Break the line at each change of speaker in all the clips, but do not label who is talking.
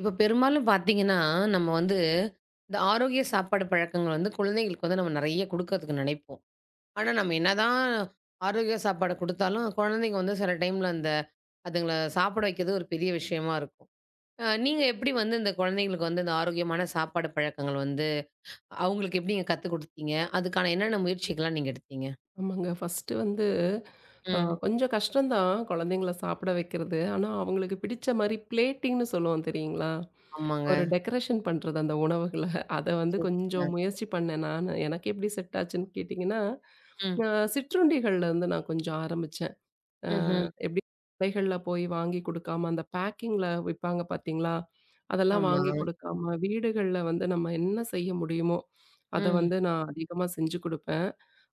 இப்ப பெரும்பாலும் பார்த்தீங்கன்னா, நம்ம வந்து இந்த ஆரோக்கிய சாப்பாடு பழக்கங்கள் வந்து குழந்தைங்களுக்கு வந்து நம்ம நெறைய குடுக்கறதுக்கு நினைப்போம். ஆனா, நம்ம என்னதான் ஆரோக்கிய சாப்பாடு குடுத்தாலும், குழந்தைங்க வந்து சில டைம்ல அதுங்கள சாப்பிட வைக்கிறது ஒரு பெரிய விஷயமா இருக்கும். நீங்க எப்படி வந்து இந்த குழந்தைங்களுக்கு வந்து இந்த ஆரோக்கியமான சாப்பாடு பழக்கங்கள் வந்து அவங்களுக்கு எப்படிங்க கத்துக் குடுத்தீங்க? அதுக்கான என்னென்ன முயற்சிகள்லாம் நீங்க எடுத்தீங்க?
ஆமாங்க. ஃபர்ஸ்ட்டு வந்து
ம்.
கொஞ்சம் கஷ்டந்தான் குழந்தைங்கள சாப்பிட வைக்கிறது. ஆனா, அவங்களுக்கு பிடிச்ச மாரி பிளேட்டிங்ன்னு சொல்லுவோம் தெரியுங்களா?
ஆமாங்க.
ஒரு டெக்கரேஷன் பண்றது அந்த உணவுகள. அத வந்து கொஞ்சம்
சூப்பருங்க.
முயற்சி பண்ணேன் நானு. எனக்கு எப்படி செட் ஆச்சுன்னு கேட்டிங்கன்னா,
ம்.
அ சிற்றுண்டிகள்ல இருந்து நான் கொஞ்சம் ஆரம்பிச்சேன். அ
ம்ஹ்ம்.
எப்படி கடைகள்ல போய் வாங்கி குடுக்காம, அந்த பேக்கிங்ல விப்பாங்க பார்த்தீங்களா? அதெல்லாம்
ஆமா.
வாங்கி குடுக்காம, வீடுகள்ல வந்து நம்ம என்ன செய்ய முடியுமோ, அத
ம்.
வந்து நான் அதிகமா செஞ்சு குடுப்பேன்.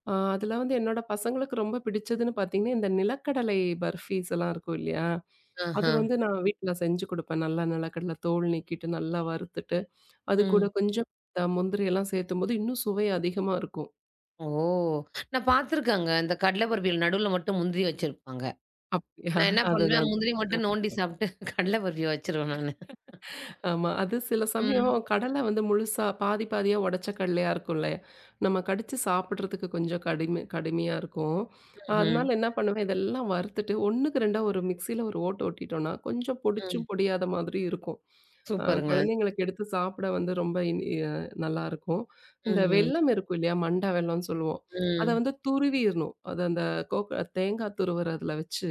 அதுல வந்து என்னோட பசங்களுக்கு ரொம்ப பிடிச்சதுன்னு பார்த்தீங்கன்னா, இந்த நிலக்கடலை பர்ஃபீஸ் எல்லாம் இருக்கும் இல்லையா? அது
ஆஹ.
வந்து நான் வீட்ல செஞ்சு குடுப்பேன். நல்லா நிலக்கடலை தோல் நீக்கிட்டு, நல்லா வறுத்துட்டு, அது கூட
ம்.
கொஞ்சம் முந்திரி எல்லாம் சேர்த்தும்போது இன்னும் சுவை அதிகமா இருக்கும்.
ஓ! நான் பார்த்துருக்கேங்க. இந்த கடல பர்ஃபில நடுவுல மட்டும் முந்திரி வச்சிருப்பாங்க.
அப்படியா?
நான் என்ன பண்ணுவேன்,
அதுதான்.
முந்திரி மட்டும் நோண்டி சாப்பிட்டு கடல பர்ஃபிய வச்சுருவேன் நானு.
ஆமா. அது சில சமயம்
ம்.
கடலை வந்து முழுசா பாதி பாதியா உடைச்ச கடலையா இருக்கும்ல. நம்ம கடிச்சு சாப்பிடுறதுக்கு கொஞ்சம் கடுமை கடுமையா இருக்கும்.
ம்ஹ்ம்.
அதனால என்ன பண்ணுவேன், இதெல்லாம் வறுத்துட்டு ஒண்ணுக்கு ரெண்டா ஒரு மிக்ஸியில ஒரு ஓட்டு ஓட்டிட்டோம்னா, கொஞ்சம்
ம்.
பொடிச்சும் பொடியாத மாதிரி இருக்கும்.
சூப்பருங்க.
குழந்தைங்களுக்கு எடுத்து சாப்பிட வந்து ரொம்ப இன் அ நல்லாயிருக்கும். இந்த
ம்ஹ்ம்.
வெல்லம் இருக்கும் இல்லையா? மண்டை வெல்லம்னு சொல்லுவோம். அத
ம்.
வந்து துருவிறணும். அது அந்த கோக் தேங்காய் துருவுறதுல வச்சு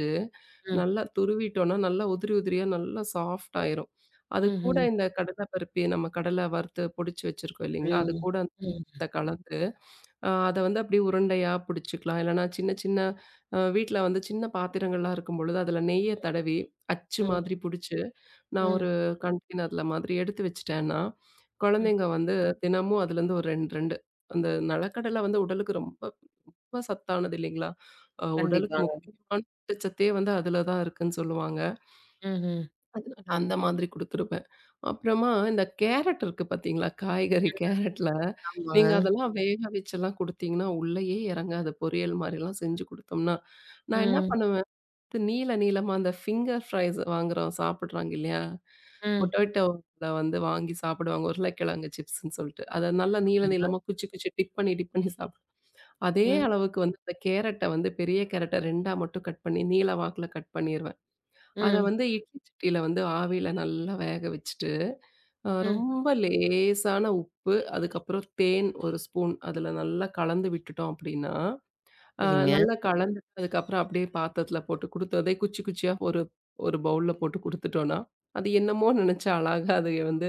ம்.
நல்லா துருவிட்டோம்னா, நல்லா உதிரி உதிரியா நல்லா சாஃப்ட் ஆயிரும். அது கூட
ம்ஹ்ம்.
இந்த கடலை பருப்பி நம்ம கடலை வறுத்து பொடிச்சு வச்சிருக்கோம் இல்லைங்களா? அது
ம்.
கூட அந்த
ம்.
கலந்து அத வந்து அப்படியே உருண்டையா பிடிச்சுக்கலாம். இல்லைன்னா சின்ன சின்ன வீட்ல வந்து சின்ன பாத்திரங்கள்லாம் இருக்கும்பொழுது, அதில நெய்ய தடவி அச்சு
ம்.
மாதிரி புடிச்சு, நான்
ம்.
ஒரு கண்டெய்னர்ல மாதிரி எடுத்து வச்சுட்டேன்னா,
ம்.
குழந்தைங்க வந்து தினமும் அதுலேருந்து ஒரு 2, 2 அந்த நிலக்கடலை வந்து உடலுக்கு ரொம்ப ரொம்ப சத்தானது இல்லைங்களா? உடலுக்கு
கண்டிப்பாங்க.
முக்கியமான ஊட்டச்சத்தே வந்து அதில தான் இருக்குன்னு சொல்லுவாங்க.
ம்ஹ்ம்.
அதனால அந்த மாதிரி குடுத்துருவேன். அப்புறமா இந்த கேரட் இருக்கு பார்த்தீங்களா? காய்கறி
ம்.
கேரட்ல
ஆமாங்க.
நீங்க அதெல்லாம் வேக வச்செல்லாம் குடுத்தீங்கன்னா, உள்ளயே இறங்காது. பொரியல் மாரிலாம் செஞ்சு குடுத்தோம்னா, நான் என்ன
ம்.
பண்ணுவேன், இது நீள நீளமா அந்த ஃபிங்கர் ஃப்ரைஸ் வாங்குறோம் சாப்பிடுறாங்க இல்லையா?
ம்.
பொட்டேட்டோல வந்து வாங்கி சாப்பிடுவாங்க. உருளைக்கிழங்கு சிப்ஸ்ன்னு சொல்ட்டு. அத நல்லா நீள
ஆமாங்க.
நீளமா குச்சி குச்சி டிப் பண்ணி டிப் பண்ணி சாப்பிடுவாங்க. அதே
ம்.
அளவுக்கு வந்து அந்த கேரட்ட வந்து பெரிய கேரட்ட 2ஆ மட்டும் கட் பண்ணி நீள வாக்குல கட் பண்ணிருவேன். அத
ம்.
வந்து இட்லி சட்டியில வந்து ஆவியில நல்லா வேக வச்சுட்டு,
ம்.
ரொம்ப லேசான உப்பு, அதுக்கப்புறம் தேன் 1 ஸ்பூன் அதுல நல்லா கலந்து விட்டுட்டோம் அப்படின்னா, அ
சரிங்க.
நல்லா கலந்துட்டு அதுக்கப்புறம் அப்படியே பாத்திரத்துல போட்டு குடுத்து அதே குச்சி குச்சியா ஒரு ஒரு பவுல்ல போட்டு குடுத்துட்டோம்னா, அது என்னமோ நெனச்சு அழகா அது வந்து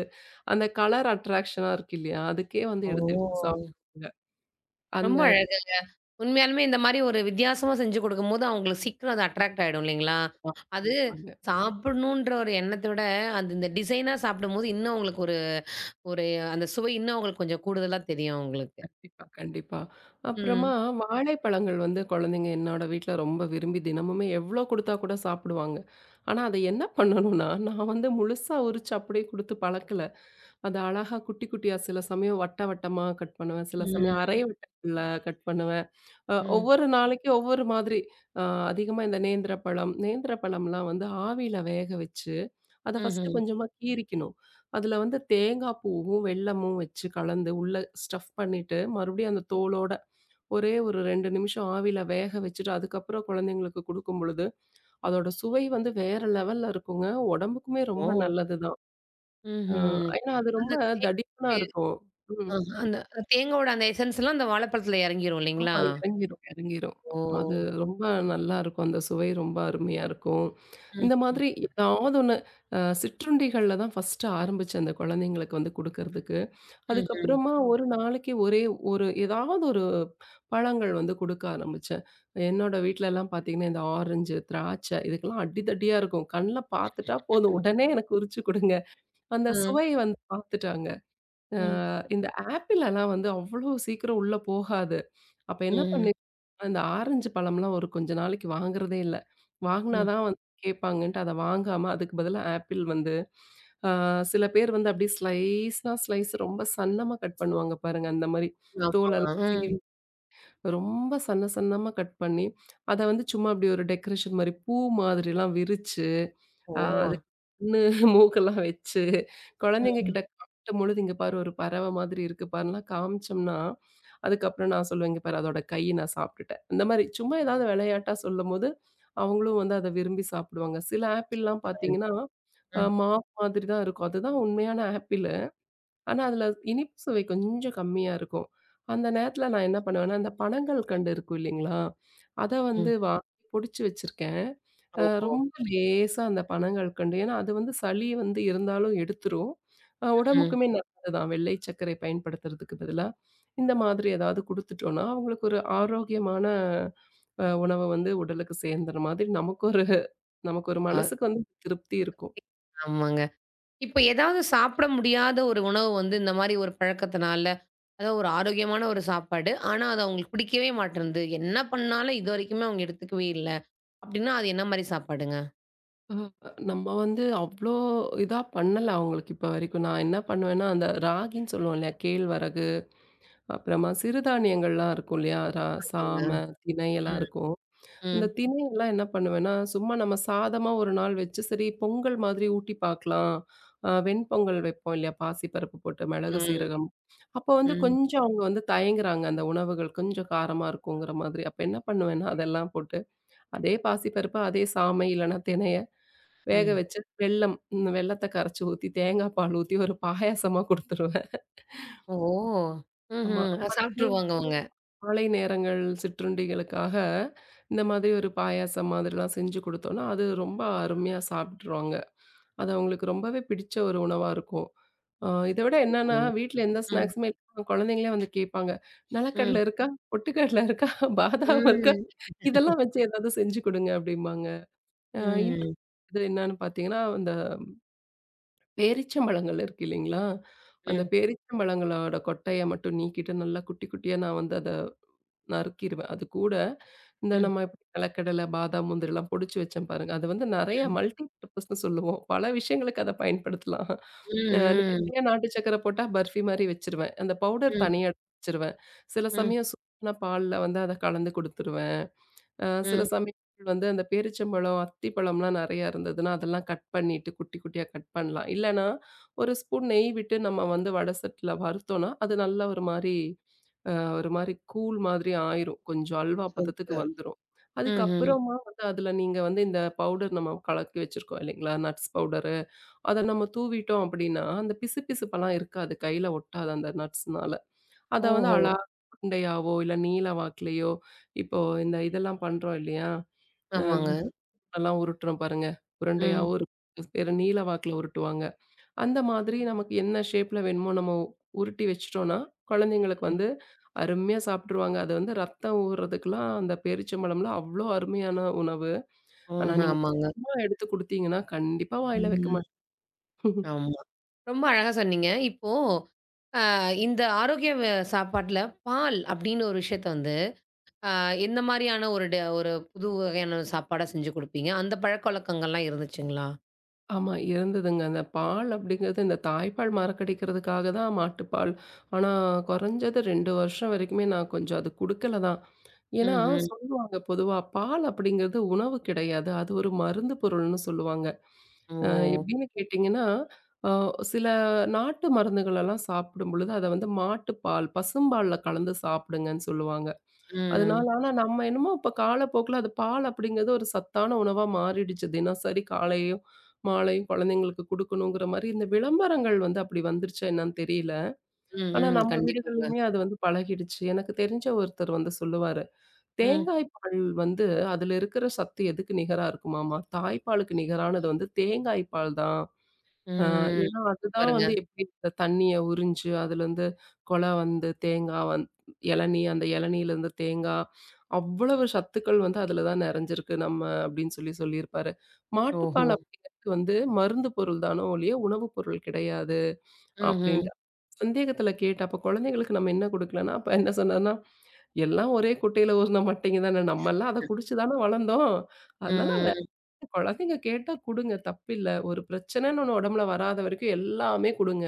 அந்த கலர் அட்ராக்ஷனா இருக்கு இல்லையா? அதுக்கே வந்து
ஓ!
எடுத்து எடுத்து சாப்பிடுவாங்க. அந்த
ரொம்ப அழகா. உண்மையாலுமே இந்த மாரி ஒரு வித்தியாசமா செஞ்சு குடுக்கும்போது, அவங்களுக்கு சீக்கிரம் அது அட்ராக்ட் ஆயிடும் இல்லைங்களா? அது
ஆமாங்க.
சாப்பிடணுன்ற ஒரு எண்ணத்த விட, அது இந்த டிசைனா சாப்பிடும்போது இன்னும் அவங்களுக்கு ஒரு ஒரு அந்த சுவை இன்னும் அவங்களுக்கு கொஞ்சம் கூடுதலா தெரியும் அவங்களுக்கு.
கண்டிப்பா, கண்டிப்பா. அப்புறமா
ம்.
வாழைப்பழங்கள் வந்து குழந்தைங்க என்னோட வீட்ல ரொம்ப விரும்பி தினமுமே எவ்ளோ குடுத்தா கூட சாப்பிடுவாங்க. ஆனா, அத என்ன பண்ணணும்னா, நான் வந்து முழுசா உரிச்சு அப்படியே குடுத்து பழக்கல. அத அழகா குட்டி குட்டியா சில சமயம் வட்ட வட்டமா கட் பண்ணுவேன். சில சமயம்
ம்.
அரை வட்டத்துல கட் பண்ணுவேன்.
ம்.
ஒவ்வொரு நாளைக்கு ஒவ்வொரு மாதிரி. அ அதிகமா இந்த நேந்திர பழம், நேந்திர பழம்லாம் வந்து ஆவியில வேக வச்சு அத ஃபர்ஸ்ட்டு
ம்ஹ்ம்.
கொஞ்சமா கீறிக்கணும். அதுல வந்து தேங்காய் பூவும், வெல்லமும் வச்சு கலந்து உள்ள ஸ்டஃப் பண்ணிட்டு, மறுபடியும் அந்த தோலோட ஒரே ஒரு 2 நிமிஷம் ஆவியில வேக வச்சுட்டு, அதுக்கப்புறம் குழந்தைங்களுக்கு குடுக்கும் பொழுது, அதோட சுவை வந்து வேற லெவல்ல இருக்குங்க. உடம்புக்குமே
ஓ!
ரொம்ப நல்லது தான். அ
ம்ஹ்ம்.
ஏன்னா அது
அந்த
ரொம்ப தடிப்பனா
தேங்கோடைய
இருக்கும்.
அ
ம்.
அந்த தேங்கோட அந்த எசன்ஸ்லாம் அந்த வாழைப்பழத்துல இறங்கிரும்
ஆமா
இல்லைங்களா?
இறங்கிரும், இறங்கிரும்.
ஓ!
அது ரொம்ப நல்லாருக்கும். அந்த சுவை ரொம்ப அருமையா இருக்கும்.
ம்.
இந்த
ம்.
மாதிரி ஏதாவது ஒண்ணு சிற்றுண்டிகள்ல தான் ஃபர்ஸ்ட்டு ஆரம்பிச்சேன் அந்த குழந்தைங்களுக்கு வந்து குடுக்கறதுக்கு.
ம்ஹ்ம்.
அதுக்கப்புறமா ஒரு நாளைக்கு ஒரே ஒரு ஏதாவது ஒரு பழங்கள் வந்து குடுக்க ஆரம்பிச்சேன். என்னோட வீட்லலாம் பார்த்தீங்கன்னா, இந்த ஆரஞ்சு, திராட்சை இதுக்கெல்லாம் அடிதடியா இருக்கும். கண்ல பார்த்துட்டா போதும்
ம்.
உடனே எனக்கு உரிச்சு குடுங்க. அந்த சுவை வந்து பார்த்துட்டாங்க. அ
ம்.
இந்த ஆப்பிளலாம் வந்து அவ்வளோ சீக்கிரம் உள்ள போகாது. அப்ப என்ன
ம்.
பண்ணேன், அந்த ஆரஞ்சு பழம்லாம் ஒரு கொஞ்ச நாளைக்கு வாங்குறதே இல்ல. வாங்குனா
ம்.
தான் வந்து கேட்பாங்கன்ட்டு அத வாங்காம அதுக்கு பதிலா ஆப்பிள் வந்து ஆ சில பேர் வந்து அப்படியே ஸ்லைஸா ஸ்லைஸ் ரொம்ப சன்னமா கட் பண்ணுவாங்க பாருங்க. அந்த மாரி
ஆமா.
தோலெல்லாம்
ம்.
சீவி ரொம்ப சன்ன சன்னமா கட் பண்ணி, அத வந்து சும்மா அப்படி ஒரு டெக்கரேஷன் மாரி பூ மாதிரிலாம் விரிச்சு
ஓ!
அது கண்ணு, மூக்கெல்லாம் வச்சு, குழந்தைங்க
ம்.
கிட்ட காட்டும்பொழுது, "இங்க பாரு ஒரு பறவை மாதிரி இருக்கு பாருலாம்" காமிச்சோம்னா, அதுக்கப்புறம் நான் சொல்லுவேன், "இங்க பாரு அதோட கை நான் சாப்பிட்டுட்டேன்." இந்த மாரி சும்மா ஏதாவது விளையாட்டா சொல்லும்போது, அவங்களும் வந்து அத விரும்பி சாப்பிடுவாங்க. சில ஆப்பிள்லாம்
பரவால்ல.
பார்த்தீங்கன்னா, மாவு மாதிரி தான் இருக்கும். அதுதான் உண்மையான ஆப்பிள். ஆனா, அதுல இனிப்பு சுவை கொஞ்சம் கம்மியா இருக்கும். அந்த நேரத்துல நான் என்ன பண்ணுவேன்னா, அந்த பனங்கள் கண்டு இருக்கும் இல்லைங்களா? அத வந்து
ம்.
வாங்கி பொடிச்சு வச்சிருக்கேன்.
ஓஹோ!
ரொம்ப லேசா அந்த பனங்கள் கண்டு ஏன்னா, அது வந்து சளி வந்து இருந்தாலும் எடுத்துரும்.
ம்.
உடம்புக்குமே நல்லது தான். வெள்ளை சர்க்கரை பயன்படுத்துறதுக்கு பதிலா, இந்த மாதிரி ஏதாவது குடுத்துட்டோம்னா, அவங்களுக்கு ஒரு ஆரோக்கியமான உணவு வந்து உடலுக்கு சேர்ந்துற மாதிரி நமக்கு ஒரு நமக்கு ஒரு
அ
மனசுக்கு வந்து திருப்தி இருக்கும்.
ஆமாங்க. இப்ப ஏதாவது சாப்பிட முடியாத ஒரு உணவு வந்து இந்த மாரி ஒரு பழக்கத்தினால, அதாவது ஒரு ஆரோக்கியமான ஒரு சாப்பாடு. ஆனா, அது அவங்களுக்கு பிடிக்கவே மாட்டேன்து. என்ன பண்ணாலும் இதுவரைக்குமே அவங்க எடுத்துக்கவே இல்ல. அப்டின்னா, அது என்ன மாரி சாப்பாடுங்க?
அ நம்ம வந்து அவ்ளோ இதா பண்ணல அவங்களுக்கு இப்ப வரைக்கும். நான் என்ன பண்ணுவேன்னா, அந்த ராகின்னு சொல்லுவோம் இல்லையா? கேழ்வரகு, அப்புறமா சிறுதானியங்கள்லாம் இருக்கும் இல்லையா?
ஆமாங்க.
சாம, திணை எல்லாம்
ம்.
இருக்கும். அந்த
ம்.
திணை எல்லாம் என்ன பண்ணுவேன்னா, சும்மா நம்ம சாதமா ஒரு நாள் வச்சு, சரி பொங்கல் மாதிரி ஊட்டி பார்க்கலாம். வெண்பொங்கல் வைப்போம் இல்லையா? பாசிப்பருப்பு போட்டு மிளகு,
ம்.
சீரகம். அப்போ வந்து
ம்.
கொஞ்சம் அவங்க வந்து தயங்குறாங்க. அந்த உணவுகள் கொஞ்சம் காரமா இருக்குங்கிற மாதிரி. அப்ப என்ன பண்ணுவேன்னா, அதெல்லாம் போட்டு அதே பாசிப்பருப்பு, அதே சாமை இல்லன்னா திணைய வேக
ம்.
வச்சு வெல்லம் இந்த வெல்லத்த கரைச்சு ஊத்தி, தேங்காய் பால் ஊத்தி ஒரு பாயாசமா குடுத்துருவேன்.
ஓ!
ஆமா.
ம்ஹ்ம்.
அது வந்து
சாப்ட்டுருவாங்க அவங்க.
மாலை நேரங்கள் சிற்றுண்டிகளுக்காக இந்த மாதிரி ஒரு பாயாசம் மாதிரிலாம் செஞ்சு குடுத்தோம்னா, அது ரொம்ப அருமையா சாப்பிட்டுருவாங்க. அது அவங்களுக்கு ரொம்பவே பிடிச்ச ஒரு உணவா இருக்கும். இத விட
ஓஹோ!
என்னன்னா, வீட்ல எந்த
ம்.
ஸ்நாக்ஸுமே இல்லாம குழந்தைங்களே வந்து கேட்பாங்க.
ம்.
"நிலக்கடல இருக்கா? பொட்டுக்கடல இருக்கா? பாதாம் இருக்கா?
ம்.
இதெல்லாம் வச்சு ஏதாவது செஞ்சு குடுங்க" அப்படிம்பாங்க. அ இன்னும்
ம்.
இது என்னன்னு பார்த்தீங்கன்னா, இந்த பேரீச்சம்பழங்கள் இருக்கு இல்லைங்களா? அந்த
ம்.
பேரீச்சம்பழங்களோட கொட்டைய மட்டும் நீக்கிட்டு நல்லா குட்டி குட்டியா நான் வந்து அத நறுக்கிருவேன். அது கூட இந்த
ம். ம்.
நம்ம இப்படி நிலக்கடலை, பாதாம், முந்திரிலாம் பொடிச்சு வச்சேன் பாருங்க. அது வந்து நெறைய
ம்.
மல்டி பர்ப்பஸ்ன்னு சொல்லுவோம். பல விஷயங்களுக்கு அத பயன்படுத்தலாம்.
ம்.
நிவர்த்தியா நாட்டு சர்க்கரை போட்டா பர்ஃபி மாரி வச்சுருவேன். அந்த பவுடர்
ம்.
தனியா எடுத்து வச்சுருவேன். சில
ம்.
சமயம் சூடான பால்ல வந்து அத கலந்து குடுத்துருவேன். அ சில
ம்.
சமயங்கள் வந்து அந்த பேரிச்சம்பழம், அத்திப்பழம்லாம் நெறையா இருந்ததுன்னா, அதெல்லாம் கட் பண்ணிட்டு குட்டி குட்டியா கட் பண்ணலாம். இல்லன்னா, ஒரு ஸ்பூன் நெய் விட்டு நம்ம வந்து வடை சட்டில வறுத்தோம்னா, அது நல்ல ஒரு மாரி கூழ் மாதிரி ஆயிரும். கொஞ்சம் அல்வா பதத்துக்கு
சூப்பர்.
வந்துரும். ம்.
ம்ஹ்ம்.
அதுக்கப்புறமா வந்து அதில நீங்க வந்து இந்த பவுடர் நம்ம கலக்கி வச்சிருக்கோம் இல்லைங்களா? Nuts powder. அத நம்ம தூவிட்டோம் அப்டின்னா, அந்த பிசுபிசுப்பெல்லாம் இருக்காது. கையில ஒட்டாது அந்த நட்ஸ்னால. அத வந்து
ஓஹோ!
அழகா உருண்டையாவோ, இல்ல நீள வாக்குலயோ, இப்போ இந்த இதெல்லாம் பண்றோம் இல்லையா? அ
ஆமாங்க.
கூழெல்லாம் உருட்டுறோம் பாருங்க.
ம்.
உருண்டையாவும் இருக்கும். வேற நீள வாக்குல உருட்டுவாங்க. அந்த மாதிரி நமக்கு என்ன ஷேப்ல வேணுமோ நம்ம உருட்டி வச்சுட்டோம்னா, குழந்தைங்களுக்கு வந்து அருமையா சாப்பிட்டுருவாங்க. அது வந்து ரத்தம் ஊர்றதுக்கெல்லாம் அந்த பேரிச்சம்பழம்லாம் அவ்ளோ அருமையான உணவு. ஆனா
ம்ஹ்ம்.
நீங்க
ஆமாங்க.
சும்மா எடுத்து குடுத்தீங்கன்னா, கண்டிப்பா வாயில வைக்க
ம்.
மாட்டாங்க.
ஆமா. ரொம்ப அழகா சொன்னீங்க. இப்போ இந்த ஆரோக்கிய சாப்பாட்ல பால் அப்படின்னு ஒரு விஷயத்த வந்து, அ எந்த மாரியான ஒரு புது வகையான சாப்பாடா செஞ்சு குடுப்பீங்க? அந்த பழக்கவழக்கங்கள்லாம் இருந்துச்சுங்களா?
ஆமா இருந்ததுங்க. அந்த பால் அப்படிங்கிறது இந்த தாய்ப்பால் மறக்கடிக்கிறதுக்காக தான் மாட்டுப்பால். ஆனா குறைஞ்சது 2 வருஷம் வரைக்குமே நான் கொஞ்சம் அது குடுக்கல தான். ஏன்னா
ம்ஹ்ம்.
சொல்லுவாங்க பொதுவா பால் அப்படிங்கிறது உணவு கிடையாது. அது ஒரு மருந்து பொருள்னு சொல்லுவாங்க. அ
ஓ!
எப்படின்னு கேட்டிங்கன்னா, அ சில நாட்டு மருந்துகளெல்லாம் சாப்பிடும் பொழுது அத வந்து மாட்டுப்பால், பசும்பால்ல கலந்து சாப்பிடுங்கன்னு சொல்லுவாங்க. அதனால
ம்.
ஆனா நம்ம என்னமோ இப்ப காலப்போக்குல அது பால் அப்படிங்கிறது ஒரு சத்தான உணவா மாறிடுச்சு. தினசரி காலை மாலை குழந்தைங்களுக்கு குடுக்கணுங்கிற மாரி இந்த விளம்பரங்கள் வந்து அப்படி வந்துருச்சா என்னன்னு தெரியல.
ம்,
ஆனா
ம்.
நம்ம
கண்டிப்பாங்க.
வீடுகள்லயுமே அது வந்து பழகிடுச்சு. எனக்கு தெரிஞ்ச ஒருத்தர் வந்து சொல்லுவாரு,
ம்,
"தேங்காய் பால் வந்து அதுல இருக்கிற சத்து எதுக்கு நிகரா இருக்குமாமா? தாய்ப்பாலுக்கு நிகரானது வந்து தேங்காய் பால் தான்." அ
ம்.
ஏன்னா, அதுதான்
சூப்பருங்க.
வந்து எப்படி இந்த தண்ணிய உறிஞ்சு அதுலேருந்து கொல வந்து தேங்கா இளநீ அந்த இளநீலேருந்து தேங்கா, அவ்வளவு சத்துக்கள் வந்து அதில தான் நிறைஞ்சிருக்கு நம்ம அப்படின்னு சொல்லி சொல்லியிருப்பாரு.
ஓஹோ!
மாட்டுப்பால் அப்படிங்கிறது வந்து மருந்து பொருள் தானோ ஒழிய உணவுப் பொருள் கிடையாது
ம்ஹ்ம்.
அப்படின்ட்டு. சந்தேகத்தில கேட்டேன். அப்ப குழந்தைங்களுக்கு நம்ம என்ன குடுக்கலன்னா, அப்ப என்ன சொன்னார்ன்னா, "எல்லாம் ஒரே குட்டையில ஊர்ன மட்டைங்க தானே. நம்மலாம் அத குடிச்சு தானே வளர்ந்தோம். அதனால
ம்.
குழந்தைங்க கேட்டா குடுங்க தப்பில்ல. ஒரு பிரச்சனைன்னு ஒண்ணு உடம்புல வராத வரைக்கும் எல்லாமே குடுங்க.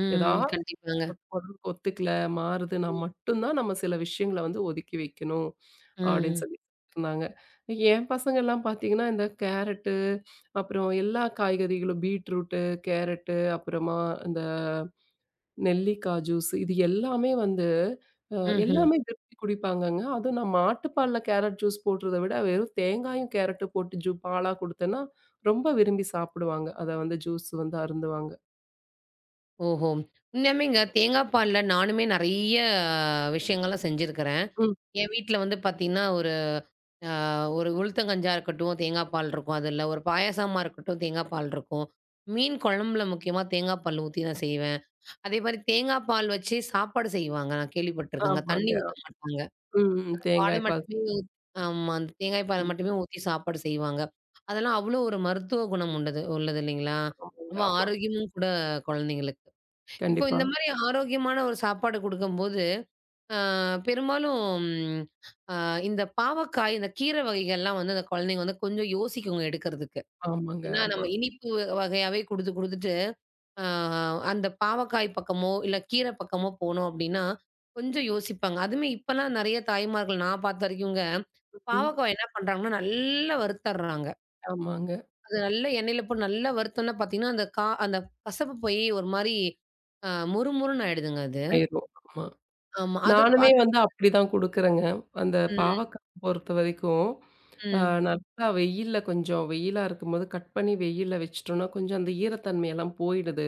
ம்.
ஏதாவது
கண்டிப்பாங்க.
உடம்புக்கு ஒத்துக்கல, மாறுதுன்னா
ம்.
மட்டும் தான் நம்ம சில விஷயங்கள வந்து ஒதுக்கி வைக்கணும். அப்படின்னு சொல்லி இருந்தாங்க. என் பசங்கள்லாம் பார்த்தீங்கன்னா, இந்த கேரட்டு, அப்புறம் எல்லா காய்கறிகளும் பீட்ரூட்டு, கேரட்டு, அப்புறமா இந்த நெல்லிக்காய் ஜூஸ் இது எல்லாமே வந்து அ
ம்ஹ்ம்.
எல்லாமே விரும்பி குடிப்பாங்கங்க. அதுவும் நான் மாட்டுப்பால்ல கேரட் ஜூஸ் போடுறத விட, வெறும் தேங்காயும், கேரட்டும் போட்டு பாலா குடுத்தேன்னா, ரொம்ப விரும்பி சாப்பிடுவாங்க. அத வந்து ஜூஸ் வந்து அருந்துவாங்க.
ஓஹோ! உண்மையாலுமேங்க தேங்காய் பால்ல நானுமே நெறைய விஷயங்கள்லாம் செஞ்சிருக்கிறேன்.
ம்.
என் வீட்ல வந்து பார்த்தீங்கன்னா, அ ஒரு உளுத்தங்கஞ்சா இருக்கட்டும், தேங்காய் பால் இருக்கும் அதுல. ஒரு பாயாசமா இருக்கட்டும், தேங்காய் பால் இருக்கும். மீன் குழம்புல முக்கியமா தேங்காய் பால் ஊத்தி நான் செய்வேன். அதே மாரி தேங்காய் பால் வச்சு சாப்பாடு செய்வாங்க. நான் கேள்விப்பட்டுருக்கேங்க.
ஆமாங்க.
தண்ணி ஊத்த மாட்டாங்க.
ம், ம்.
பால
தேங்காய் பால்.
மட்டுமே ஊத் ஆமா. அந்த தேங்காய் பால
ம்.
மட்டுமே ஊத்தி சாப்பாடு செய்வாங்க. அதெல்லாம் அவ்வளோ ஒரு மருத்துவ குணம் உண்டது உள்ளது இல்லைங்களா?
ஆமாங்க,
ரொம்ப
ஆமா.
ஆரோக்கியமும் கூட குழந்தைங்களுக்கு. இப்போ
கண்டிப்பா.
இந்த மாரி ஆரோக்கியமான ஒரு சாப்பாடு குடுக்கும்போது, அ பெரும்பாலும் அ இந்த பாவக்காய், இந்த கீரை வகைகள்லாம் வந்து அந்த குழந்தைங்க வந்து கொஞ்சம் யோசிக்குங்க எடுக்கிறதுக்கு.
ஆமாங்க,
ஏன்னா
ஆமா.
நம்ம இனிப்பு வகையாவே குடுத்து குடுத்துட்டு, அ அந்த பாவக்காய் பக்கமோ, இல்ல கீரை பக்கமோ போனோம் அப்படின்னா, கொஞ்சம் யோசிப்பாங்க. அதுவுமே இப்பலாம் நெறைய தாய்மார்கள் நான் பார்த்த வரைக்குங்க,
ம்.
பாவக்காய் என்ன பண்றாங்கன்னா, நல்லா வறுத்தர்றாங்க.
ஆமாங்க.
அது நல்லா எண்ணெயில போட்டு நல்லா வறுத்தோம்னா பார்த்தீங்கன்னா, அந்த கசப்பு போய் ஒரு மாரி மொறு மொறுன்னு ஆயிடுதுங்க அது.
ஆயிரும். ஆமா.
ஆமா. அது.
நானுமே வந்து அப்படிதான் குடுக்குறேங்க. அந்த
ம்,
பாவக்காய் பொறுத்தவரைக்கும், அ
ம்.
நல்லா வெயில்ல கொஞ்சம் வெயிலா இருக்கும்போது கட் பண்ணி வெயில்ல வச்சுட்டோம்னா, கொஞ்சம் அந்த ஈரத்தன்மையெல்லாம் போயிடுது.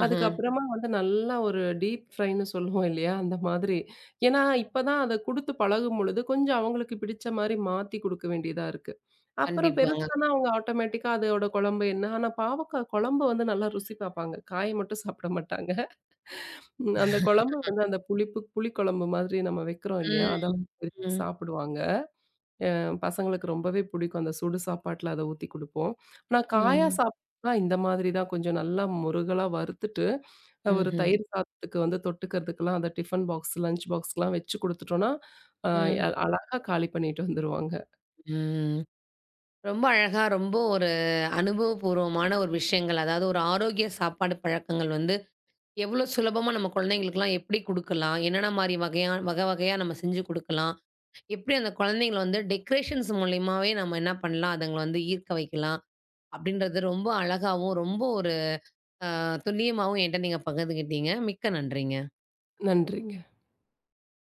ம்ஹ்ம்.
அதுக்கப்புறமா வந்து நல்லா ஒரு டீப் ஃப்ரைன்னு சொல்லுவோம் இல்லையா? அந்த மாதிரி. ஏன்னா, இப்ப தான் அத குடுத்து பழகும்பொழுது, கொஞ்சம் அவங்களுக்கு பிடிச்ச மாரி மாத்தி குடுக்க வேண்டியதா இருக்கு. அப்புறம்
கண்டிப்பாங்க.
பெருசானா அவங்க ஆட்டோமேட்டிக்கா அதோட குழம்பு என்ன? ஆனா பாவக்காய் குழம்பு வந்து நல்லா ருசி பாப்பாங்க. காய் மட்டும் சாப்பிட மாட்டாங்க. ம். அந்த குழம்பு வந்து அந்த புளிப்பு புளி குழம்பு மாதிரி நம்ம வைக்கிறோம் இல்லையா? அத
ம்.
வந்து விரும்பி
ம்.
சாப்பிடுவாங்க. பசங்களுக்கு ரொம்பவே பிடிக்கும். அந்த சுடு சாப்பாட்ல அத ஊத்தி குடுப்போம். ஆனா காயா
ம்.
சாப்பிட்டா இந்த மாதிரி தான் கொஞ்சம் நல்லா முருகலா வறுத்துட்டு, ஒரு
ம்ஹ்ம்.
தயிர் சாதத்துக்கு வந்து தொட்டுக்கிறதுக்கெல்லாம் அந்த டிஃபன் பாக்ஸ், லஞ்ச் பாக்ஸ்லாம் வச்சு குடுத்துட்டோம்னா, அ
ம்.
அழகா காலி பண்ணிட்டு வந்துருவாங்க.
ம். ரொம்ப அழகா, ரொம்ப ஒரு அனுபவபூர்வமான ஒரு விஷயங்கள். அதாவது ஒரு ஆரோக்கிய சாப்பாடு பழக்கங்கள் வந்து, எவ்வளோ சுலபமா நம்ம குழந்தைங்களுக்குலாம் எப்படி குடுக்கலாம்? என்னென்ன மாரி வகை வகையா நம்ம செஞ்சு குடுக்கலாம்? எப்படி அந்த குழந்தைங்கள வந்து டெக்கரேஷன்ஸ் மூலியமாவே நம்ம என்ன பண்ணலாம்? அதுங்கள வந்து ஈர்க்க வைக்கலாம்? அப்படின்றது ரொம்ப அழகாவும், ரொம்ப ஒரு துல்லியமாவும் என்ட்ட நீங்க பகிர்ந்துக்கிட்டீங்க. மிக்க நன்றிங்க.
நன்றிங்க.